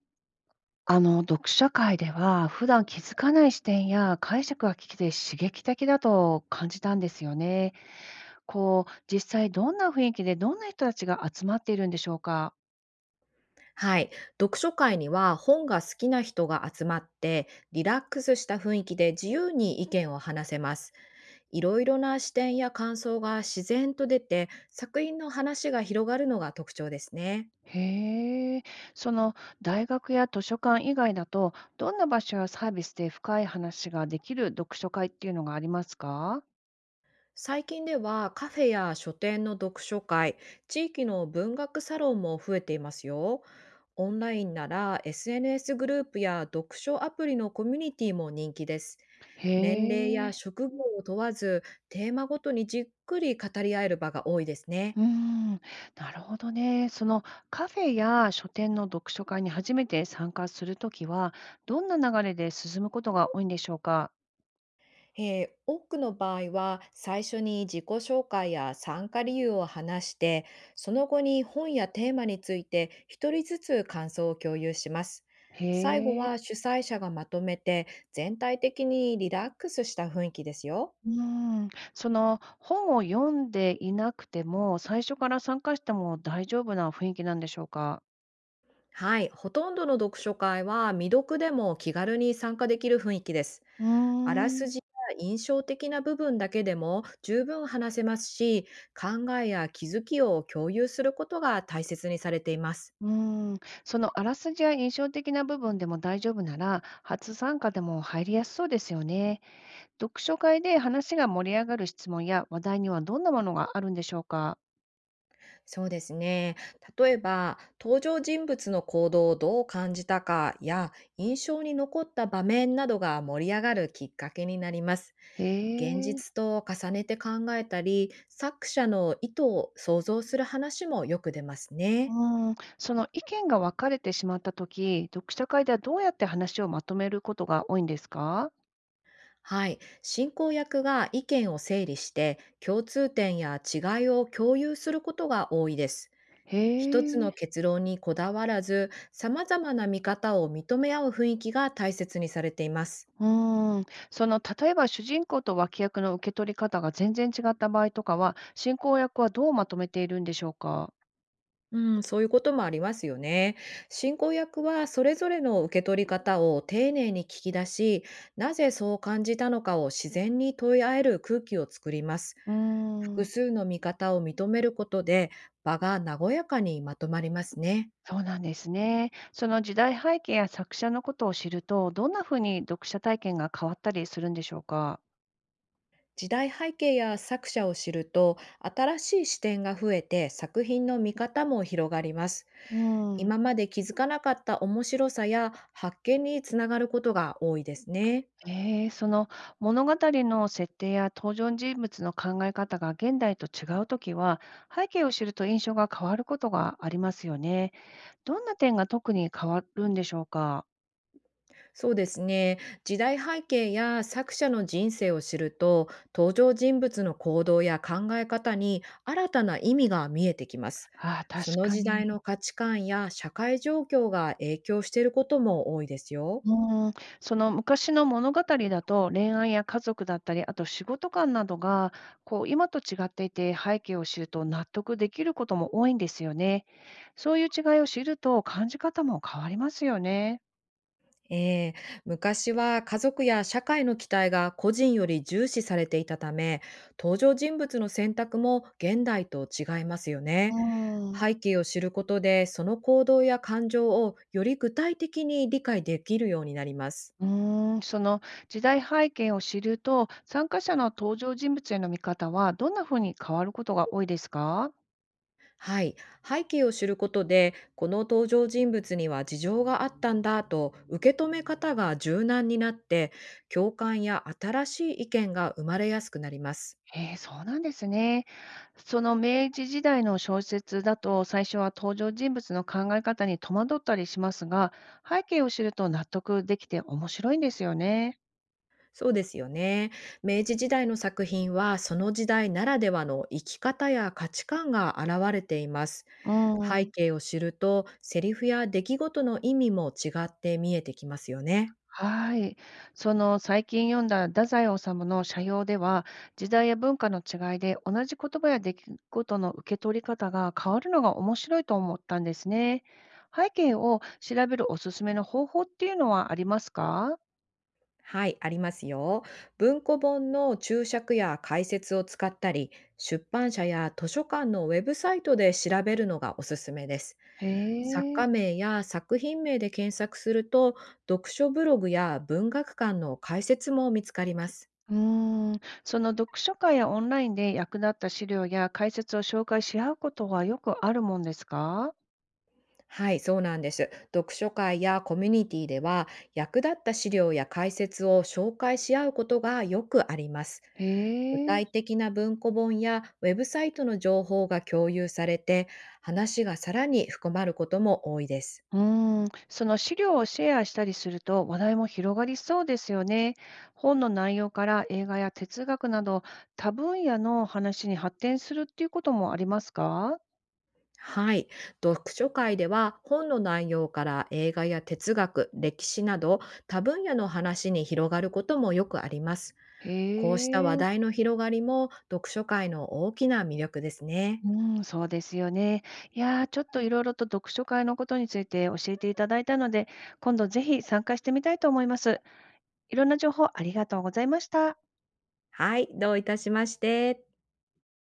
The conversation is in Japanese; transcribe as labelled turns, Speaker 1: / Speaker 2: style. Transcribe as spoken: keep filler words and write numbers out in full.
Speaker 1: あの、読書会では、普段気づかない視点や解釈が聞けて刺激的だと感じたんですよね。こう、実際どんな雰囲気でどんな人たちが集まっているんでしょうか。
Speaker 2: はい。読書会には本が好きな人が集まって、リラックスした雰囲気で自由に意見を話せます。いろいろな視点や感想が自然と出て、作品の話が広がるのが特徴ですね。
Speaker 1: へえ、その大学や図書館以外だと、どんな場所やサービスで深い話ができる読書会っていうのがありますか？
Speaker 2: 最近ではカフェや書店の読書会、地域の文学サロンも増えていますよ。オンラインなら エスエヌエス グループや読書アプリのコミュニティも人気です。
Speaker 1: へ
Speaker 2: 年齢や
Speaker 1: え。
Speaker 2: 職業を問わずテーマごとにじっくり語り合える場が多いですね。
Speaker 1: うーん、なるほどね。そのカフェや書店の読書会に初めて参加するときは、どんな流れで進むことが多いんでしょうか。
Speaker 2: えー多くの場合は最初に自己紹介や参加理由を話して、その後に本やテーマについて一人ずつ感想を共有します。
Speaker 1: へ
Speaker 2: 最後
Speaker 1: え。
Speaker 2: は主催者がまとめて、全体的にリラックスした雰囲気ですよ。
Speaker 1: うーん、その本を読んでいなくても、最初から参加しても大丈夫な雰囲気なんでしょうか。
Speaker 2: はい、ほとんどの読書会は未読でも気軽に参加できる雰囲気です。
Speaker 1: うー
Speaker 2: あらす
Speaker 1: ん、
Speaker 2: じや印象的な部分だけでも十分話せますし、考えや気づきを共有することが大切にされています。
Speaker 1: うーん、そのあらすじや印象的な部分でも大丈夫なら、初参加でも入りやすそうですよね。読書会で話が盛り上がる質問や話題にはどんなものがあるんでしょうか？
Speaker 2: そうですね。例えば、登場人物の行動をどう感じたかや、印象に残った場面などが盛り上がるきっかけになります。
Speaker 1: へ
Speaker 2: 現
Speaker 1: え。
Speaker 2: 実と重ねて考えたり、作者の意図を想像する話もよく出ますね。
Speaker 1: うん、その意見が分かれてしまったとき、読書会ではどうやって話をまとめることが多いんですか？
Speaker 2: はい。進行役が意見を整理して、共通点や違いを共有することが多いです。
Speaker 1: へ
Speaker 2: 一つの
Speaker 1: え。
Speaker 2: 結論にこだわらず、様々な見方を認め合う雰囲気が大切にされています。
Speaker 1: うん、その例えば主人公と脇役の受け取り方が全然違った場合とかは、進行役はどうまとめているんでしょうか？
Speaker 2: うん、そういうこともありますよね。進行役はそれぞれの受け取り方を丁寧に聞き出し、なぜそう感じたのかを自然に問い合える空気を作ります。
Speaker 1: うー
Speaker 2: 複
Speaker 1: ん、
Speaker 2: 数の見方を認めることで、場が和やかにまとまりますね。
Speaker 1: そうなんですね。その時代背景や作者のことを知ると、どんなふうに読者体験が変わったりするんでしょうか？
Speaker 2: 時代背景や作者を知ると新しい視点が増えて、作品の見方も広がります。
Speaker 1: うん。
Speaker 2: 今まで気づかなかった面白さや発見につながることが多いですね。
Speaker 1: ええ、その物語の設定や登場人物の考え方が現代と違うときは、背景を知ると印象が変わることがありますよね。どんな点が特に変わるんでしょうか？
Speaker 2: そうですね。時代背景や作者の人生を知ると、登場人物の行動や考え方に新たな意味が見えてきます。
Speaker 1: ああ、
Speaker 2: そ
Speaker 1: 確
Speaker 2: の
Speaker 1: か
Speaker 2: 時代
Speaker 1: に。
Speaker 2: の価値観や社会状況が影響していることも多いですよ。
Speaker 1: うん、その昔の物語だと恋愛や家族だったり、あと仕事観などが、こう今と違っていて、背景を知ると納得できることも多いんですよね。そういう違いを知ると感じ方も変わりますよね。
Speaker 2: ええ、昔は家族や社会の期待が個人より重視されていたため、登場人物の選択も現代と違いますよ
Speaker 1: う
Speaker 2: ね。
Speaker 1: ん。
Speaker 2: 背景を知ることで、その行動や感情をより具体的に理解できるようになります。
Speaker 1: うーん、その時代背景を知ると、参加者の登場人物への見方はどんなふうに変わることが多いですか？
Speaker 2: はい、背景を知ることで、この登場人物には事情があったんだと受け止め方が柔軟になって、共感や新しい意見が生まれやすくなります。
Speaker 1: ええ、そうなんですね。その明治時代の小説だと、最初は登場人物の考え方に戸惑ったりしますが、背景を知ると納得できて面白いんですよね。
Speaker 2: そうですよね。明治時代の作品はその時代ならではの生き方や価値観が現れています。
Speaker 1: う
Speaker 2: 背
Speaker 1: ん。
Speaker 2: 景を知るとセリフや出来事の意味も違って見えてきますよね。
Speaker 1: はい。その最近読んだ太宰治の社評では、時代や文化の違いで同じ言葉や出来事の受け取り方が変わるのが面白いと思ったんですね。背景を調べるおすすめの方法っていうのはありますか？
Speaker 2: はい、ありますよ。文庫本の注釈や解説を使ったり、出版社や図書館のウェブサイトで調べるのがおすすめです。
Speaker 1: へ
Speaker 2: 作
Speaker 1: え。
Speaker 2: 家名や作品名で検索すると、読書ブログや文学館の解説も見つかります。
Speaker 1: うーん。その読書会やオンラインで役立った資料や解説を紹介し合うことはよくあるもんですか？
Speaker 2: はい、そうなんです。読書会やコミュニティでは、役立った資料や解説を紹介し合うことがよくあります。
Speaker 1: へ
Speaker 2: 具
Speaker 1: え。
Speaker 2: 体的な文庫本やウェブサイトの情報が共有されて、話がさらに深まることも多いです。
Speaker 1: うーん、その資料をシェアしたりすると話題も広がりそうですよね。本の内容から映画や哲学など多分野の話に発展するっていうこともありますか？
Speaker 2: はい。読書会では本の内容から映画や哲学、歴史など多分野の話に広がることもよくあります。
Speaker 1: へ
Speaker 2: こうした話
Speaker 1: え、
Speaker 2: 題の広がりも読書会の大きな魅力ですね。
Speaker 1: うん、そうですよね。いやー、ちょっといろいろと読書会のことについて教えていただいたので、今度ぜひ参加してみたいと思います。いろんな情報ありがとうございました。
Speaker 2: はい、どういたしまして。